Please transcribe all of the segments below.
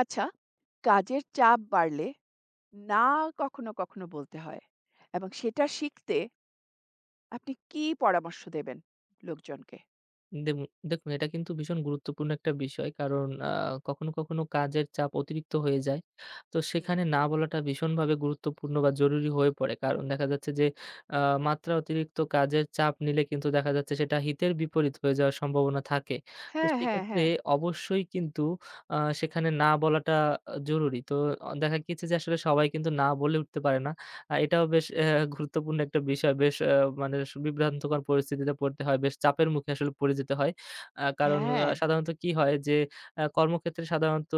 আচ্ছা, কাজের চাপ বাড়লে না কখনো, কখনো বলতে হয় এবং সেটা শিখতে আপনি কি পরামর্শ দেবেন লোকজনকে? দেমু দেখুন এটা কিন্তু ভীষণ গুরুত্বপূর্ণ একটা বিষয়। কারণ কখনো, কখনো কাজের চাপ অতিরিক্ত হয়ে যায়। তো হুম। সেখানে না বলাটা ভীষণভাবে গুরুত্বপূর্ণ বা জরুরি হয়ে পড়ে। কারণ দেখা যাচ্ছে যে আ মাত্রা অতিরিক্ত কাজের চাপ নিলে কিন্তু দেখা যাচ্ছে সেটা হিতের বিপরীত হয়ে যাওয়ার সম্ভাবনা থাকে। তো হ্যাঁ, হ্যাঁ, সেক্ষেত্রে হ্যাঁ। অবশ্যই কিন্তু আ সেখানে না বলাটা জরুরি। তো দেখা গিয়েছে যে আসলে সবাই কিন্তু না বলে উঠতে পারে না। এটাও বেশ গুরুত্বপূর্ণ একটা বিষয়। বেশ মানে বিভ্রান্তকর পরিস্থিতিতে পড়তে হয়। বেশ চাপের মুখে আসলে পড়ে যেতে হয়। কারণ হ্যাঁ, সাধারণত কি হয় যে কর্মক্ষেত্রে সাধারণত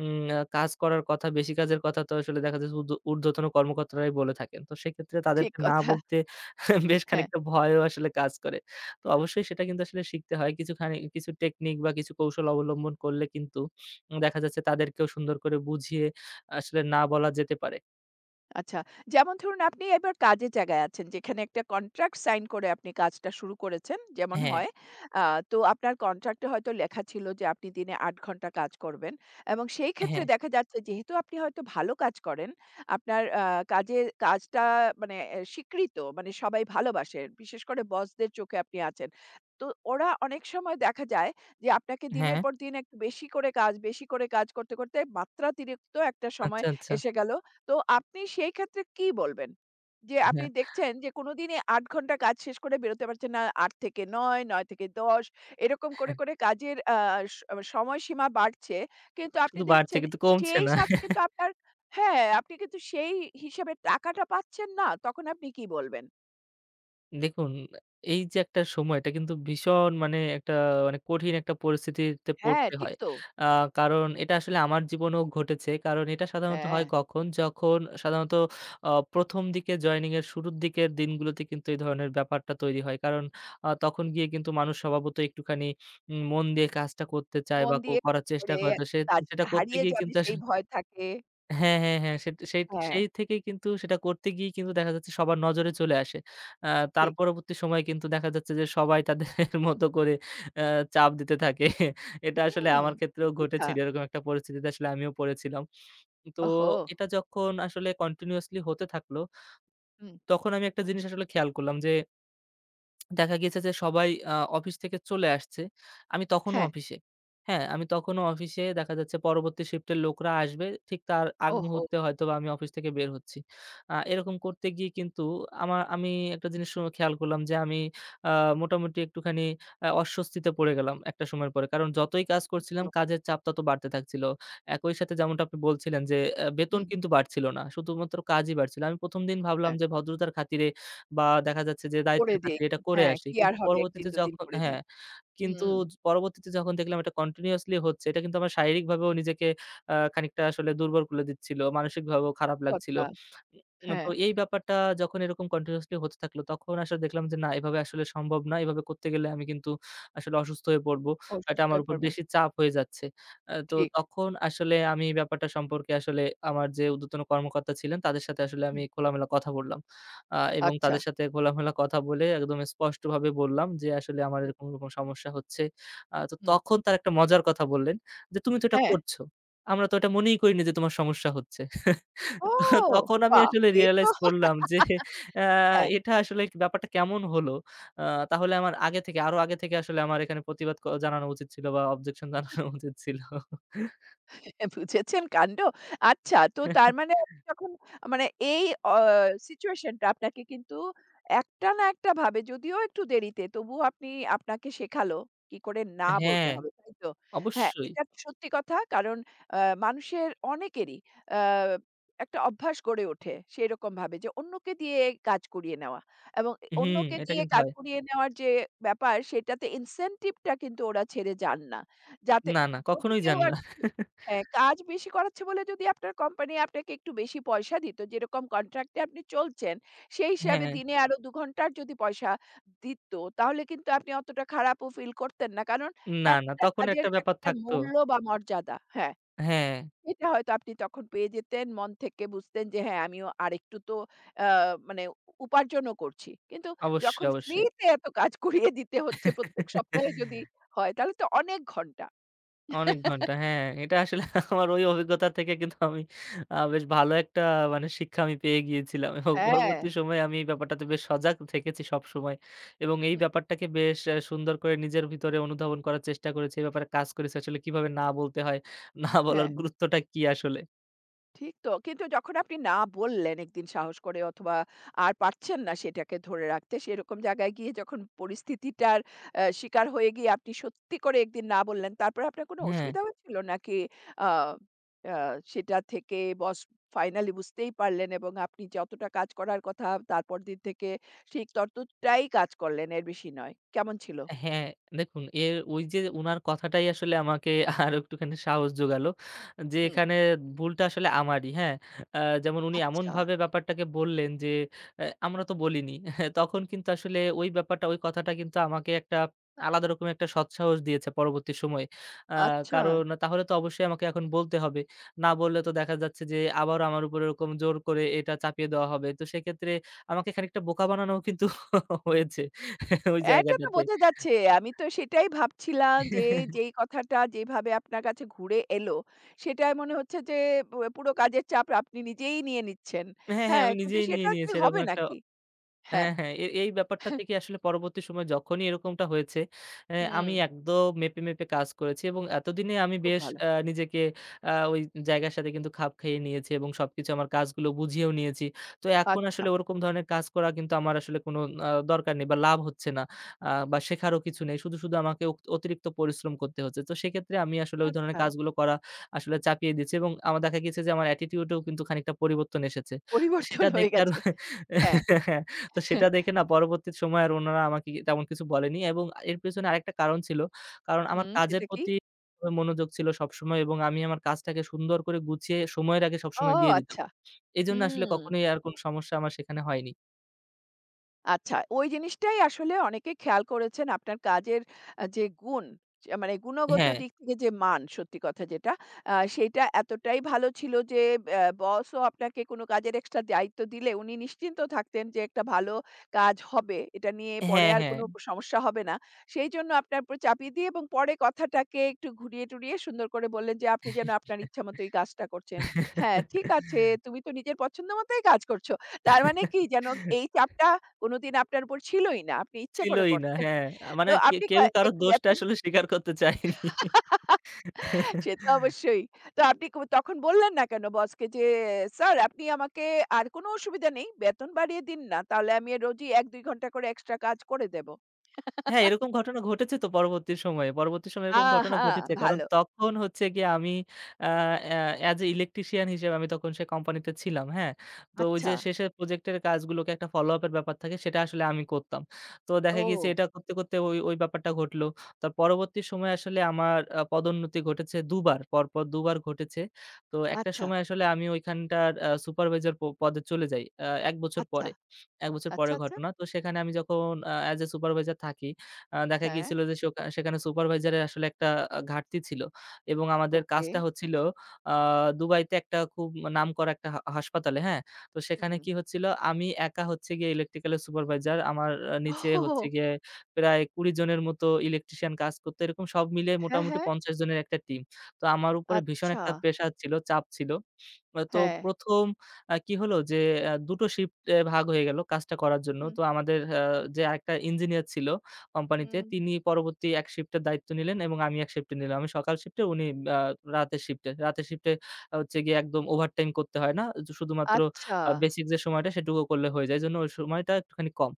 উম আ কাজ করার কথা, বেশি কাজের কথা তো আসলে দেখা যাচ্ছে ঊর্ধ্বতন কর্মকর্তারাই বলে থাকেন। তো সেক্ষেত্রে ঠিক তাদেরকে না কথা। বলতে বেশ হ্যাঁ। খানিকটা ভয়ও আসলে কাজ করে। তো অবশ্যই সেটা কিন্তু আসলে শিখতে হয়। কিছু খানি কিছু টেকনিক বা কিছু কৌশল অবলম্বন করলে কিন্তু দেখা যাচ্ছে তাদেরকেও সুন্দর করে বুঝিয়ে আসলে না বলা যেতে পারে। আচ্ছা। যেমন ধরুন আপনি এবার কাজের জায়গায় আছেন, যেখানে একটা কন্ট্রাক্ট সাইন করে আপনি কাজটা শুরু করেছেন। যেমন হ্যাঁ, হয়। আ তো আপনার কন্ট্রাক্টে হয়তো লেখা ছিল যে আপনি দিনে ৮ ঘন্টা কাজ করবেন। এবং সেই ক্ষেত্রে হ্যাঁ, দেখা যাচ্ছে যেহেতু আপনি হয়তো ভালো কাজ করেন, আপনার কাজটা মানে স্বীকৃত মানে সবাই ভালোবাসে। বিশেষ করে বসদের চোখে আপনি আছেন। তো ওরা অনেক সময় দেখা যায় যে আপনাকে দিনের হ্যাঁ। পর দিন একটু বেশি করে কাজ, বেশি করে কাজ করতে, করতে মাত্রাতিরিক্ত একটা আচ্ছা, সময় আচ্ছা। এসে গেল। তো আপনি সেই ক্ষেত্রে কি বলবেন? যে হ্যাঁ। আপনি দেখছেন যে কোনদিনই ৮ ঘন্টা কাজ শেষ করে বেরোতে পারছেন না। ৮ থেকে ৯, ৯ থেকে ১০ এরকম করে, করে কাজের সময়সীমা বাড়ছে। কিন্তু আপনি শুধু বাড়ছে দেখছেন কিন্তু কমছে সেই না। সাথে কিন্তু আপনার হ্যাঁ, আপনি কিন্তু সেই হিসেবে টাকাটা পাচ্ছেন না। তখন আপনি কি বলবেন? দেখুন এই যে একটা সময় এটা কিন্তু ভীষণ মানে একটা মানে কঠিন একটা পরিস্থিতিতে হ্যাঁ, পড়তে ঠিক হয়। তো। আ কারণ এটা আসলে আমার জীবনেও ঘটেছে। কারণ এটা সাধারণত হ্যাঁ, হয় কখন? যখন সাধারণত ১ম দিকে জয়েনিং এর শুরুর দিকের দিনগুলোতে কিন্তু এই ধরনের ব্যাপারটা তৈরি হয়। কারণ তখন গিয়ে কিন্তু মানুষ স্বভাবতই একটুখানি মন দিয়ে কাজটা করতে চায় মন বা দিয়ে করার কাজ চেষ্টা করে করে। তো সেটা কাজটা করতে হারিয়ে গিয়ে যাবে কিন্তু সেই আসলে ভয় থাকে। হ্যাঁ, হ্যাঁ, হ্যাঁ। সেই হ্যাঁ, সেই থেকেই কিন্তু সেটা করতে গিয়ে কিন্তু দেখা যাচ্ছে সবার নজরে চলে আসে। আ তার ঠিক। পরবর্তী সময়ে কিন্তু দেখা যাচ্ছে যে সবাই তাদের মতো করে আ চাপ দিতে থাকে। এটা আসলে হুম, আমার ক্ষেত্রেও ঠিক কথা। ঘটেছিল। এরকম একটা পরিস্থিতিতে আসলে আমিও পড়েছিলাম। তো ওহো! এটা যখন আসলে কন্টিনিউয়াসলি হতে থাকলো, হুম, তখন আমি একটা জিনিস আসলে খেয়াল করলাম যে দেখা গিয়েছে যে সবাই অফিস থেকে চলে আসছে। আমি তখনো হ্যাঁ। অফিসে। হ্যাঁ, আমি তখনো অফিসে দেখা যাচ্ছে পরবর্তী শিফটের লোকরা আসবে। ঠিক তার আগ ওহো! মুহূর্তে হয়তোবা আমি অফিস থেকে বের হচ্ছি। এরকম করতে গিয়ে কিন্তু আমি একটা জিনিস খেয়াল করলাম যে আমি আ মোটামুটি একটুখানি অস্বস্তিতে পড়ে গেলাম একটা সময়ের পরে। কারণ যতই কাজ ঠিক করছিলাম তো। কাজের চাপ তত বাড়তে থাকছিল। একই সাথে যেমনটা আপনি বলছিলেন যে বেতন হুম, কিন্তু বাড়ছিল না। শুধুমাত্র কাজই বাড়ছিল। আমি ১ম দিন ভাবলাম হ্যাঁ, যে ভদ্রতার খাতিরে বা দেখা যাচ্ছে যে করে দায়িত্বের দেই। খাতিরে এটা করে হ্যাঁ, আসি। কি কিন্তু আর হবে ১ দিন পরবর্তীতে ২ দিন যখন করে দেই। হ্যাঁ, কিন্তু হুম, পরবর্তীতে যখন দেখলাম এটা কন্টিনিউয়াসলি হচ্ছে, এটা কিন্তু আমার শারীরিকভাবেও নিজেকে খানিকটা আসলে দুর্বল করে দিচ্ছিল। মানসিকভাবেও খারাপ লাগছিল। কথা। হ্যাঁ, তো এই ব্যাপারটা যখন এরকম কন্টিনিউয়াসলি হতে থাকলো, তখন আসলে দেখলাম যে না এভাবে আসলে সম্ভব না। এভাবে করতে গেলে আমি কিন্তু আসলে অসুস্থ হয়ে পড়বো। এটা অসুস্থ আমার হয়ে উপর পড়বেন। বেশি চাপ হয়ে যাচ্ছে। তো ঠিক। তখন আসলে আমি এই ব্যাপারটা সম্পর্কে আসলে আমার যে ঊর্ধ্বতন কর্মকর্তা ছিলেন, তাদের সাথে আসলে আমি হুম, খোলামেলা কথা বললাম। এবং আচ্ছা। তাদের সাথে খোলামেলা কথা বলে একদম স্পষ্টভাবে বললাম যে, "আসলে আমার হুম, এরকম, এরকম সমস্যা হচ্ছে।" তো হুম। তখন তারা একটা মজার কথা বললেন যে, "তুমি তো এটা হ্যাঁ। করছো। আমরা তো এটা মনেই করিনি যে তোমার সমস্যা হচ্ছে।" ও! তো তখন আমি বাহ! আসলে এ তো রিয়ালাইজ করলাম যে আ হ্যাঁ। এটা আসলে ব্যাপারটা কেমন হলো? আ তাহলে আমার আগে থেকে আরো আগে থেকে আসলে আমার এখানে প্রতিবাদ জানানো উচিত ছিল বা অবজেকশন জানানো উচিত ছিল। বুঝেছেন কাণ্ড? আচ্ছা তো তার মানে আপনি যখন মানে এই অ সিচুয়েশন টা আপনাকে কিন্তু একটা না একটা ভাবে যদিও একটু দেরিতে তবুও আপনি আপনাকে শেখালো কি করে না বলতে হ্যাঁ, হবে, তাই তো? হ্যাঁ, অবশ্যই। এটা সত্যি কথা কারণ আ মানুষের অনেকেরই আ একটা অভ্যাস গড়ে ওঠে সেরকমভাবে যে অন্যকে দিয়ে কাজ করিয়ে নেওয়া এবং হুম, অন্যকে এটা দিয়ে কিন্তু কাজ হয়। করিয়ে নেওয়ার যে ব্যাপার সেটাতে ইনসেনটিভ টা কিন্তু ওরা ছেড়ে যান না। যাতে না, না, যদি কখনোই কেউ যান না। আরকি হ্যাঁ, কাজ বেশি করাচ্ছে বলে যদি আপনার কোম্পানি আপনাকে একটু বেশি পয়সা দিত, যেরকম কন্ট্রাক্টে আপনি চলছেন, সেই হিসাবে হ্যাঁ। দিনে আরো ২ ঘন্টার যদি পয়সা দিত, তাহলে কিন্তু আপনি অতটা খারাপও ফিল করতেন না। কারণ না, না একটা তখন কাজের একটা ব্যাপার একটা থাকতো। মূল্য বা মর্যাদা হ্যাঁ, হ্যাঁ, এটা হয়তো আপনি তখন পেয়ে যেতেন। মন থেকে বুঝতেন যে হ্যাঁ, আমিও আরেকটু তো আ মানে উপার্জনও করছি। কিন্তু অবশ্যই, যখন অবশ্যই। ফ্রিতে এত কাজ করিয়ে দিতে হচ্ছে প্রত্যেক সপ্তাহে যদি হয়, তাহলে তো অনেক ঘন্টা। অনেক ঘন্টা হ্যাঁ, এটা আসলে আমার ওই অভিজ্ঞতা থেকে কিন্তু আমি বেশ ভালো একটা মানে শিক্ষা আমি পেয়ে গিয়েছিলাম এবং হ্যাঁ, পরবর্তী সময়ে আমি এই ব্যাপারটাতে বেশ সজাগ থেকেছি সবসময় এবং এই হুম, ব্যাপারটাকে বেশ সুন্দর করে নিজের ভিতরে অনুধাবন করার চেষ্টা করেছি। এই ব্যাপারে কাজ করেছি আসলে কিভাবে না বলতে হয়, না বলার হ্যাঁ। গুরুত্বটা কি আসলে। ঠিক তো। কিন্তু যখন আপনি না বললেন একদিন সাহস করে অথবা আর পারছেন না সেটাকে ধরে রাখতে, সেরকম জায়গায় গিয়ে যখন পরিস্থিতিটার শিকার হয়ে গিয়ে আপনি সত্যি করে একদিন না বললেন, তারপরে আপনার কোনো হ্যাঁ। অসুবিধা হয়েছিল? নাকি আ আ সেটা থেকে বস ফাইনালি বুঝতেই পারলেন এবং আপনি যতটা কাজ করার কথা তারপর দিন থেকে ঠিক ততটাই কাজ করলেন, এর বেশি নয়। কেমন ছিল? হ্যাঁ, দেখুন এর ওই যে উনার কথাটাই আসলে আমাকে আরো একটুখানি সাহস জোগালো। যে হুম। এখানে ভুলটা আসলে আমারই, হ্যাঁ? আ যেমন উনি আচ্ছা। এমনভাবে ব্যাপারটাকে বললেন যে, "এ আমরা তো বলিনি।" তখন কিন্তু আসলে ওই ব্যাপারটা, ওই কথাটা কিন্তু আমাকে একটা আলাদা রকমের একটা সৎসাহস দিয়েছে পরবর্তী সময়ে। আ আচ্ছা। কারণ তাহলে তো অবশ্যই আমাকে এখন বলতে হবে। না বললে তো দেখা যাচ্ছে যে আবারও আমার উপর এরকম জোর করে এটা চাপিয়ে দেওয়া হবে। তো সেক্ষেত্রে আমাকে খানিকটা বোকা বানানোও কিন্তু হয়েছে ওই এটা তো জায়গাটাতে। বোঝা যাচ্ছে। আমি তো সেটাই ভাবছিলাম যে, যেই কথাটা যেভাবে আপনার কাছে ঘুরে এলো, সেটাই মনে হচ্ছে যে পুরো কাজের চাপ আপনি নিজেই নিয়ে নিচ্ছেন। হ্যাঁ, হ্যাঁ হ্যাঁ, আমি কিন্তু নিজেই নিয়ে সেটা কি নিয়েছি এরকম হবে একটা নাকি? হ্যাঁ, হ্যাঁ, হ্যাঁ। এই ব্যাপারটা থেকে আসলে পরবর্তী সময়ে যখনই এরকমটা হয়েছে, হুম, আমি একদম মেপে, মেপে কাজ করেছি এবং এতদিনে আমি খুব বেশ ভালো। নিজেকে ওই জায়গার সাথে কিন্তু খাপ খাইয়ে নিয়েছি এবং সবকিছু আমার কাজগুলো বুঝিয়েও নিয়েছি। তো এখন আচ্ছা, আসলে ওরকম ধরনের কাজ করা কিন্তু আমার আসলে কোনো দরকার নেই বা লাভ হচ্ছে না। বা শেখারও কিছু নেই। শুধু, শুধু আমাকে অতিরিক্ত পরিশ্রম করতে হচ্ছে। তো সেক্ষেত্রে আমি আসলে ওই ধরনের আচ্ছা, কাজগুলো করা আসলে চাপিয়ে দিচ্ছি এবং আমার দেখা গেছে যে আমার attitude এও কিন্তু খানিকটা পরিবর্তন এসেছে। তো সেটা পরিবর্তন হয়ে দেখে আরো গেছে। হ্যাঁ, তো সেটা দেখে না পরবর্তী সময়ে আর ওনারা আমাকে তেমন কিছু বলেনি এবং এর পেছনে আরেকটা কারণ ছিল। কারণ আমার হুম, কাজের সেটা কি? প্রতি মনোযোগ ছিল সবসময় এবং আমি আমার কাজটাকে সুন্দর করে গুছিয়ে সময়ের আগে ও সবসময় দিয়ে দিতাম। আচ্ছা, এজন্য আসলে হুম। কখনোই আর কোন সমস্যা আমার সেখানে হয়নি। আচ্ছা, ওই জিনিসটাই আসলে অনেকে খেয়াল করেছেন আপনার কাজের যে গুণ, যে মানে গুণগত হ্যাঁ, দিক থেকে যে মান সত্যি কথা যেটা, সেইটা এতটাই ভালো ছিল যে বসও আপনাকে কোনো কাজের এক্সট্রা দায়িত্ব দিলে উনি নিশ্চিন্ত থাকতেন যে একটা ভালো কাজ হবে। এটা নিয়ে পরে হ্যাঁ, আর হ্যাঁ। কোনো সমস্যা হবে না। সেইজন্য আপনার উপর চাপিয়ে দিয়ে এবং পরে কথাটাকে একটু ঘুরিয়ে টুরিয়ে সুন্দর করে বললেন যে, "আপনি যেন আপনার ইচ্ছামতো এই কাজটা করছেন।" হ্যাঁ, ঠিক আছে, তুমি তো নিজের পছন্দ মতোই কাজ করছো। তার মানে কি যেন এই চাপটা কোনদিন আপনার উপর ছিলই না। আপনি ইচ্ছা করে ছিলই না। করতেন। হ্যাঁ, মানে তো আপনি কেউ কারো একটু দোষটা বেতন আসলে স্বীকার করতে চায়নি। সে তো অবশ্যই। তো আপনি তখন বললেন না কেন বসকে যে, "স্যার আপনি আমাকে আর কোনো অসুবিধা নেই। বেতন বাড়িয়ে দিন না। তাহলে আমি রোজই ১-২ ঘন্টা করে এক্সট্রা কাজ করে দেব।" হ্যাঁ, এরকম ঘটনা ঘটেছে তো পরবর্তী সময়ে। পরবর্তী সময়ে এরকম ঘটনা আহা! ঘটেছে। কারণ ভালো। তখন হচ্ছে গিয়ে আমি আ অ্যা অ্যাজ এ ইলেকট্রিশিয়ান হিসেবে আমি তখন সেই কোম্পানিতে ছিলাম। হ্যাঁ? তো ওই যে আচ্ছা। শেষের প্রজেক্টের কাজগুলোকে একটা ফলো আপ এর ব্যাপার থাকে সেটা আসলে আমি করতাম। তো দেখা গিয়েছে ও এটা করতে, করতে ওই, ওই ব্যাপারটা ঘটলো। তার পরবর্তী সময়ে আসলে আমার পদোন্নতি ঘটেছে ২ বার। পরপর ২ বার ঘটেছে। তো একটা আচ্ছা, সময় আসলে আমি ওইখানটার সুপারভাইজার পদে চলে যাই। ১ বছর আচ্ছা, পরে। ১ বছর আচ্ছা, পরের আচ্ছা। ঘটনা। তো সেখানে আমি যখন অ্যাজ এ সুপারভাইজার থাকি দেখা হ্যাঁ, গিয়েছিল যে সেখানে সুপারভাইজারের আসলে একটা ঘাটতি ছিল এবং আমাদের ওকে। কাজটা হচ্ছিল আ দুবাইতে একটা খুব নামকরা একটা হাসপাতালে, হ্যাঁ? তো সেখানে হুম। কি হচ্ছিল আমি একা হচ্ছে গিয়ে ইলেকট্রিক্যাল এর সুপারভাইজার, আমার নিচে ওহহো! হচ্ছে গিয়ে প্রায় ২০ জনের মতো ইলেকট্রিশিয়ান কাজ করতো। এরকম সব মিলিয়ে হ্যাঁ, মোটামুটি হ্যাঁ। ৫০ জনের একটা টিম। তো আমার উপরে ভীষণ আচ্ছা। একটা প্রেশার ছিল, চাপ ছিল। তো হ্যাঁ। ১ম কি হলো যে ২ টো শিফট এ ভাগ হয়ে গেল কাজটা করার জন্য। হুম, তো আমাদের যে আরেকটা ইঞ্জিনিয়ার ছিল কোম্পানিতে হুম। তিনি পরবর্তী এক শিফটের দায়িত্ব নিলেন এবং আমি এক শিফটে নিলাম। আমি সকাল শিফটে উনি আ রাতের শিফটে। রাতের শিফটে হচ্ছে গিয়ে একদম ওভারটাইম করতে হয় না। শুধুমাত্র আচ্ছা। বেসিক যে সময়টা সেটুকু করলে হয়ে যায়। এজন্য ওই সময়টা একটুখানি কম।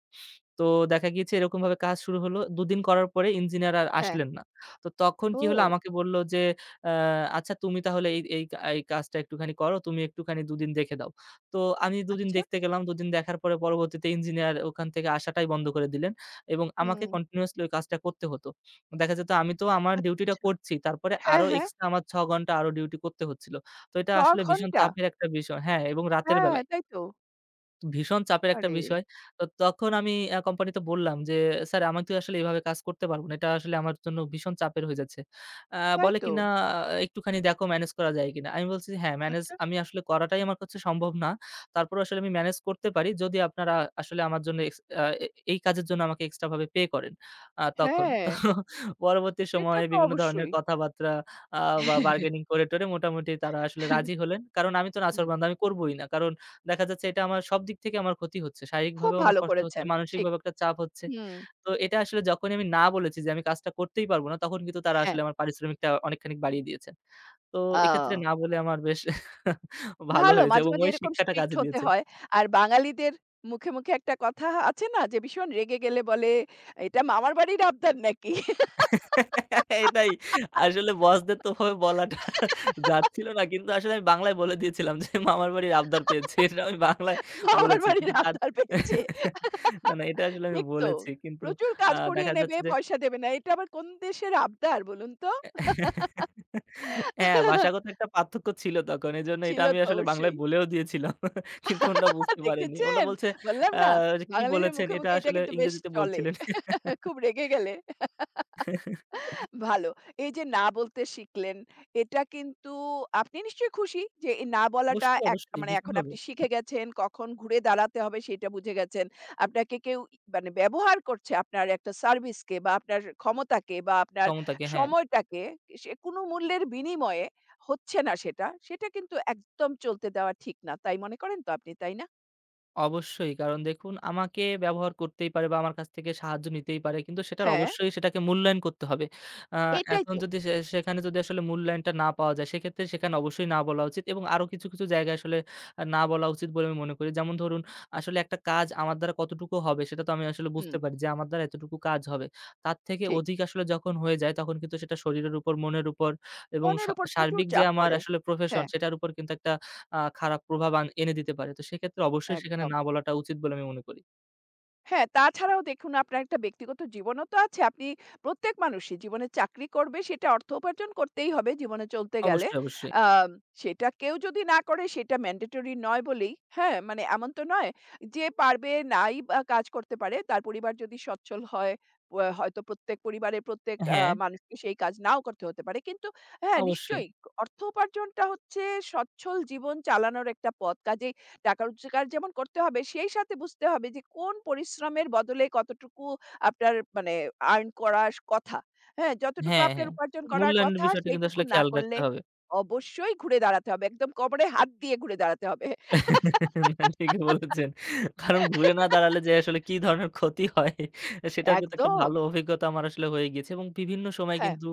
তো দেখা গিয়েছে এরকমভাবে কাজ শুরু হলো। ২ দিন করার পরে ইঞ্জিনিয়ার আর হ্যাঁ। আসলেন না। তো তখন কি হলো ও! আমাকে বলল যে আ আচ্ছা তুমি তাহলে এই এই এই কাজটা একটুখানি করো। তুমি একটুখানি দুদিন দেখে দাও। তো আমি দুদিন আচ্ছা। দেখতে গেলাম। দুদিন দেখার পরে পরবর্তীতে ইঞ্জিনিয়ার ওখান থেকে আসাটাই বন্ধ করে দিলেন এবং আমাকে হুম। কন্টিনিউয়াসলি ওই কাজটা করতে হতো। দেখা যেত আমি তো আমার ডিউটিটা আচ্ছা। করছি। তারপরে হ্যাঁ, আরো হ্যাঁ। এক্সট্রা আমার ৬ ঘন্টা আরো ডিউটি করতে হচ্ছিল। তো এটা ৬ আসলে ভীষণ ঘন্টা? চাপের একটা বিষয় হ্যাঁ, এবং রাতের হ্যাঁ, বেলায়। তাই তো। ভীষণ চাপের একটা আরে! বিষয়। তো তখন আমি কোম্পানিতে বললাম যে, "স্যার আমি তো আসলে এভাবে কাজ করতে পারব না। এটা আসলে আমার জন্য ভীষণ চাপের হয়ে যাচ্ছে।" আ তাই বলে তো। কিনা, "একটুখানি দেখো ম্যানেজ করা যায় কিনা?" আমি বলছি, "হ্যাঁ, ম্যানেজ আচ্ছা। আমি আসলে করাটাই আমার কাছে সম্ভব না। তারপরেও আসলে আমি ম্যানেজ করতে পারি যদি আপনারা আসলে আমার জন্য এক্স আ এ এই কাজের জন্য আমাকে এক্সট্রা ভাবে পে করেন।" তখন। হ্যাঁ, তো পরবর্তী এটা সময়ে তো বিভিন্ন ধরনের অবশ্যই। কথাবার্তা আ বা বার্গেনিং করে টরে মোটামুটি তারা আসলে রাজি হলেন। কারণ আমি তো হুম, নাছোড়বান্দা আমি করবই না। কারণ দেখা যাচ্ছে এটা আমার সব দিক থেকে আমার ক্ষতি হচ্ছে। খুব শারীরিকভাবেও আমার ভালো কষ্ট হচ্ছে, করেছেন। ঠিক। মানসিকভাবেও একটা চাপ হচ্ছে। হুম। তো এটা আসলে যখনই আমি না বলেছি যে আমি কাজটা করতেই পারব না, তখন কিন্তু তারা হ্যাঁ। আসলে আমার পারিশ্রমিকটা অনেকখানি বাড়িয়ে দিয়েছেন। তো আ এক্ষেত্রে না বলে আমার বেশ ভালো ভালো হয়েছে মাঝে, এবং মাঝে ওই এরকম শিক্ষাটা স্ট্রিক্ট কাজে হতে দিয়েছে। হয়। আর বাঙালিদের মুখে, মুখে একটা কথা আছে না যে ভীষণ রেগে গেলে বলে, "এটা মামার বাড়ির আবদার নাকি? এটাই আসলে বসদের তো ওভাবে বলাটা যাচ্ছিল না। কিন্তু আসলে আমি বাংলায় বলে দিয়েছিলাম যে মামার বাড়ির আবদার পেয়েছি। এটা আমি বাংলায় মামার বলেছি। বাড়ির কিন্তু তার আবদার পেয়েছে।" না, না এটা আসলে আমি ঠিক তো। বলেছি। কিন্তু প্রচুর কাজ করিয়ে দেখা নেবে, যাচ্ছে যে পয়সা দেবে না। এটা আবার কোন দেশের আবদার বলুন তো? হ্যাঁ, ভাষাগত একটা পার্থক্য ছিল তখন। এজন্য এটা ছিল আমি তো আসলে বাংলায় অবশ্যই। বলেও দিয়েছিলাম। কিন্তু ওনারা বুঝতে পারেননি। ওনারা দেখেছেন? বলছে, বললাম আ না, যে "কি বাঙালিদের বলেছেন?" মুখে, এটা মুখে এটা আসলে কিন্তু বেশ ইংরেজিতে চলে। বলছিলেন। খুব রেগে গেলে। ভালো। এই যে না বলতে শিখলেন, এটা কিন্তু আপনি নিশ্চয়ই খুশি যে এই না বলাটা অবশ্যই, এক অবশ্যই মানে এখন ভীষণভাবে আপনি শিখে গেছেন, কখন ঘুরে দাঁড়াতে হবে সেটা বুঝে গেছেন। আপনাকে কেউ ই মানে ব্যবহার করছে আপনার একটা সার্ভিসকে বা আপনার ক্ষমতাকে বা আপনার ক্ষমতাকে হ্যাঁ। সময়টাকে সে কোনো মূল্যের বিনিময়ে হচ্ছে না সেটা, সেটা কিন্তু একদম চলতে দেওয়া ঠিক না। তাই মনে করেন তো আপনি, তাই না? অবশ্যই। কারণ দেখুন আমাকে ব্যবহার করতেই পারে বা আমার কাছ থেকে সাহায্য নিতেই পারে। কিন্তু সেটার হ্যাঁ, অবশ্যই সেটাকে মূল্যায়ন করতে হবে। আ এটাই এখন তো। যদি সে সেখানে যদি আসলে মূল্যায়নটা না পাওয়া যায় সেক্ষেত্রে সেখানে অবশ্যই না বলা উচিত এবং আরো কিছু, কিছু জায়গায় আসলে না বলা উচিত বলে আমি মনে করি। যেমন ধরুন আসলে একটা কাজ আমার দ্বারা কতটুকু হবে সেটা তো আমি আসলে হুম, বুঝতে পারি যে আমার দ্বারা এতটুকু কাজ হবে। তার থেকে ঠিক। অধিক আসলে যখন হয়ে যায় তখন কিন্তু সেটা শরীরের উপর, মনের উপর এবং মনের উপর প্রচুর সার্বিক যে চাপ আমার পড়ে। আসলে প্রফেশন হ্যাঁ, সেটার উপর কিন্তু একটা খারাপ প্রভাব এনে দিতে পারে। তো সেক্ষেত্রে অবশ্যই সেখানে একদম। না বলাটা উচিত বলে আমি মনে করি। হ্যাঁ, তাছাড়াও দেখুন আপনার একটা ব্যক্তিগত জীবনও তো আছে। আপনি প্রত্যেক মানুষই জীবনে চাকরি করবে সেটা অর্থ উপার্জন করতেই হবে জীবনে চলতে গেলে। অবশ্যই, অবশ্যই। আম সেটা কেউ যদি না করে সেটা ম্যান্ডেটরি নয় বলেই, হ্যাঁ? মানে এমন তো নয় যে পারবে নাই বা কাজ করতে পারে। তার পরিবার যদি সচ্ছল হয়, প হয়তো প্রত্যেক পরিবারের প্রত্যেক হ্যাঁ, মানুষকে সেই কাজ নাও করতে হতে পারে। কিন্তু হ্যাঁ, অবশ্যই। নিশ্চয়ই অর্থ উপার্জনটা হচ্ছে সচ্ছল জীবন চালানোর একটা পথ। কাজেই টাকা রোজগার যেমন করতে হবে, সেই সাথে বুঝতে হবে যে কোন পরিশ্রমের বদলে কতটুকু আপনার মানে আর্ন করার কথা। হ্যাঁ? যতটুকু হ্যাঁ, আপনার হ্যাঁ। উপার্জন করার মূল্যায়নের কথা বিষয়টা কিন্তু সেইটুকু আসলে না খেয়াল রাখতে করলে হবে। অবশ্যই ঘুরে দাঁড়াতে হবে। একদম কোমরে হাত দিয়ে ঘুরে দাঁড়াতে হবে। না, ঠিকই বলেছেন। কারণ ঘুরে না দাঁড়ালে যে আসলে কি ধরনের ক্ষতি হয় সেটার কিন্তু একটা একদম। ভালো অভিজ্ঞতা আমার আসলে হয়ে গিয়েছে এবং বিভিন্ন সময় হ্যাঁ, কিন্তু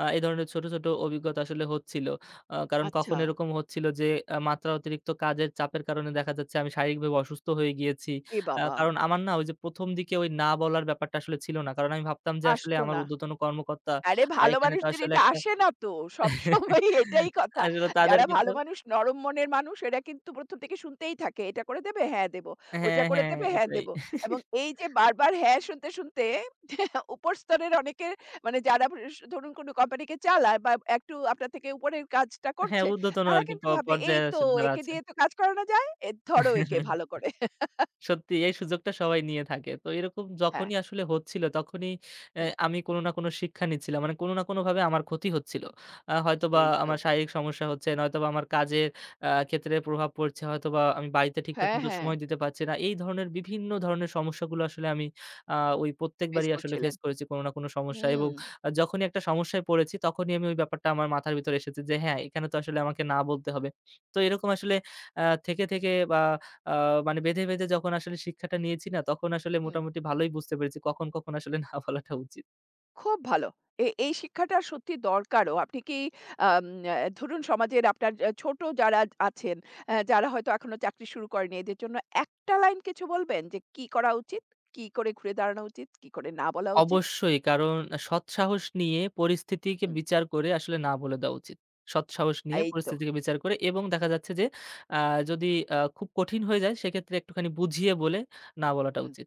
এই ধরনের ছোট, ছোট অভিজ্ঞতা আসলে হচ্ছিল। কারণ কখন আচ্ছা। এরকম হচ্ছিল যে মাত্রা অতিরিক্ত কাজের চাপের কারণে দেখা যাচ্ছে আমি শারীরিকভাবে অসুস্থ হয়ে গিয়েছি। এ বাবা! কারণ আমার না ওই যে ১ম দিকে ওই না বলার ব্যাপারটা আসলে ছিল না। কারণ আমি ভাবতাম যে আসলে আসতো আমার না। ঊর্ধ্বতন কর্মকর্তা আরে ভালো এখানে তো মানুষদের আসলে এটা একটা আসে না তো। সবসময় এটাই কথা। আসলে যারা তাদেরকে তো ভালো মানুষ, নরম মনের মানুষ এরা কিন্তু ১ম থেকে শুনতেই থাকে। এটা করে দেবে? হ্যাঁ, দেব। ওইটা হ্যাঁ, করে হ্যাঁ দেবে? হ্যাঁ, এটাই। দেব। এবং এই যে বারবার হ্যাঁ শুনতে, শুনতে উপর স্তরের অনেকে মানে যারা ধরুন কোনো কোম্পানিকে চালায় বা একটু আপনার থেকে উপরের কাজটা হ্যাঁ, করছে, ঊর্ধ্বতন তারা আরকি কিন্তু ভাবে এই পর্যায়ে তো যারা একে আছেন। দিয়ে তো কাজ করানো যায়। এ ধরো একে ভালো করে। সত্যি এই সুযোগটা সবাই নিয়ে থাকে। তো এরকম হ্যাঁ, যখনই আসলে হচ্ছিল তখনই হুম, আমি কোনো না কোনো শিক্ষা নিচ্ছিলাম। মানে কোনো না কোনোভাবে আমার ক্ষতি হচ্ছিল। হয়তোবা এই তো। আমার শারীরিক সমস্যা হচ্ছে, নয়তোবা আমার কাজের ক্ষেত্রে প্রভাব পড়ছে, হয়তোবা আমি বাড়িতে ঠিকঠাক হ্যাঁ, মতো হ্যাঁ। সময় দিতে পারছি না। এই ধরনের বিভিন্ন ধরনের সমস্যাগুলো আসলে আমি আ ওই ফেস প্রত্যেকবারই আসলে ফেস করছিলেন। করেছি কোনো না কোনো সমস্যা এবং হুম, যখনই একটা সমস্যায় পড়েছি তখনই আমি ওই ব্যাপারটা আমার মাথার ভিতরে এসেছে যে হ্যাঁ, এখানে তো আসলে আমাকে না বলতে হবে। তো এরকম আসলে থেকে, থেকে বা আ মানে বেঁধে, বেঁধে যখন আসলে শিক্ষাটা নিয়েছি না, তখন আসলে হুম। মোটামুটি ভালোই বুঝতে পেরেছি কখন, কখন আসলে না বলাটা উচিত। খুব ভালো। এই শিক্ষাটা সত্যি দরকারও। আপনি কি আম আ ধরুন সমাজের আপনার ছোট যারা আছেন, যারা হয়তো এখনো চাকরি শুরু করেনি, এদের জন্য একটা লাইন কিছু বলবেন যে কি করা উচিত? কি করে ঘুরে দাঁড়ানো উচিত? কি করে না বলা উচিত? অবশ্যই কারণ সৎ সাহস নিয়ে পরিস্থিতিকে হুম। বিচার করে আসলে না বলে দেওয়া উচিত। সৎ সাহস নিয়ে এই তো। পরিস্থিতিকে বিচার করে এবং দেখা যাচ্ছে যে আ যদি খুব কঠিন হয়ে যায় সেক্ষেত্রে একটুখানি বুঝিয়ে বলে না বলাটা হুম, উচিত।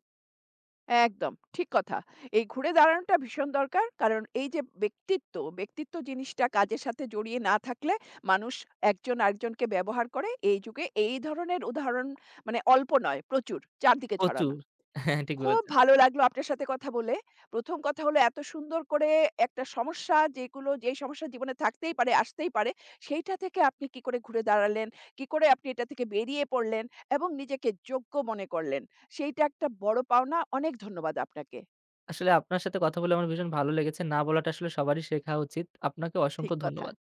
একদম ঠিক কথা। এই ঘুরে দাঁড়ানোটা ভীষণ দরকার। কারণ এই যে ব্যক্তিত্ব, ব্যক্তিত্ব জিনিসটা কাজের সাথে জড়িয়ে না থাকলে মানুষ একজন আরেকজনকে ব্যবহার করে। এই যুগে এই ধরনের উদাহরণ মানে অল্প নয়, প্রচুর চারদিকে প্রচুর। ছড়ানো। হ্যাঁ, ঠিক খুব বলেছেন। ভালো লাগলো আপনার সাথে কথা বলে। ১ম কথা হলো এত সুন্দর করে একটা সমস্যা যেগুলো যেই সমস্যা জীবনে থাকতেই পারে, আসতেই পারে, সেইটা থেকে আপনি কি করে ঘুরে দাঁড়ালেন, কি করে আপনি এটা থেকে বেরিয়ে পড়লেন এবং নিজেকে যোগ্য মনে করলেন। সেইটা একটা বড় পাওনা। অনেক ধন্যবাদ আপনাকে। আসলে আপনার সাথে কথা বলে আমার ভীষণ ভালো লেগেছে। না বলাটা আসলে সবারই শেখা উচিত। আপনাকে ঠিক অসংখ্য কথা। ধন্যবাদ।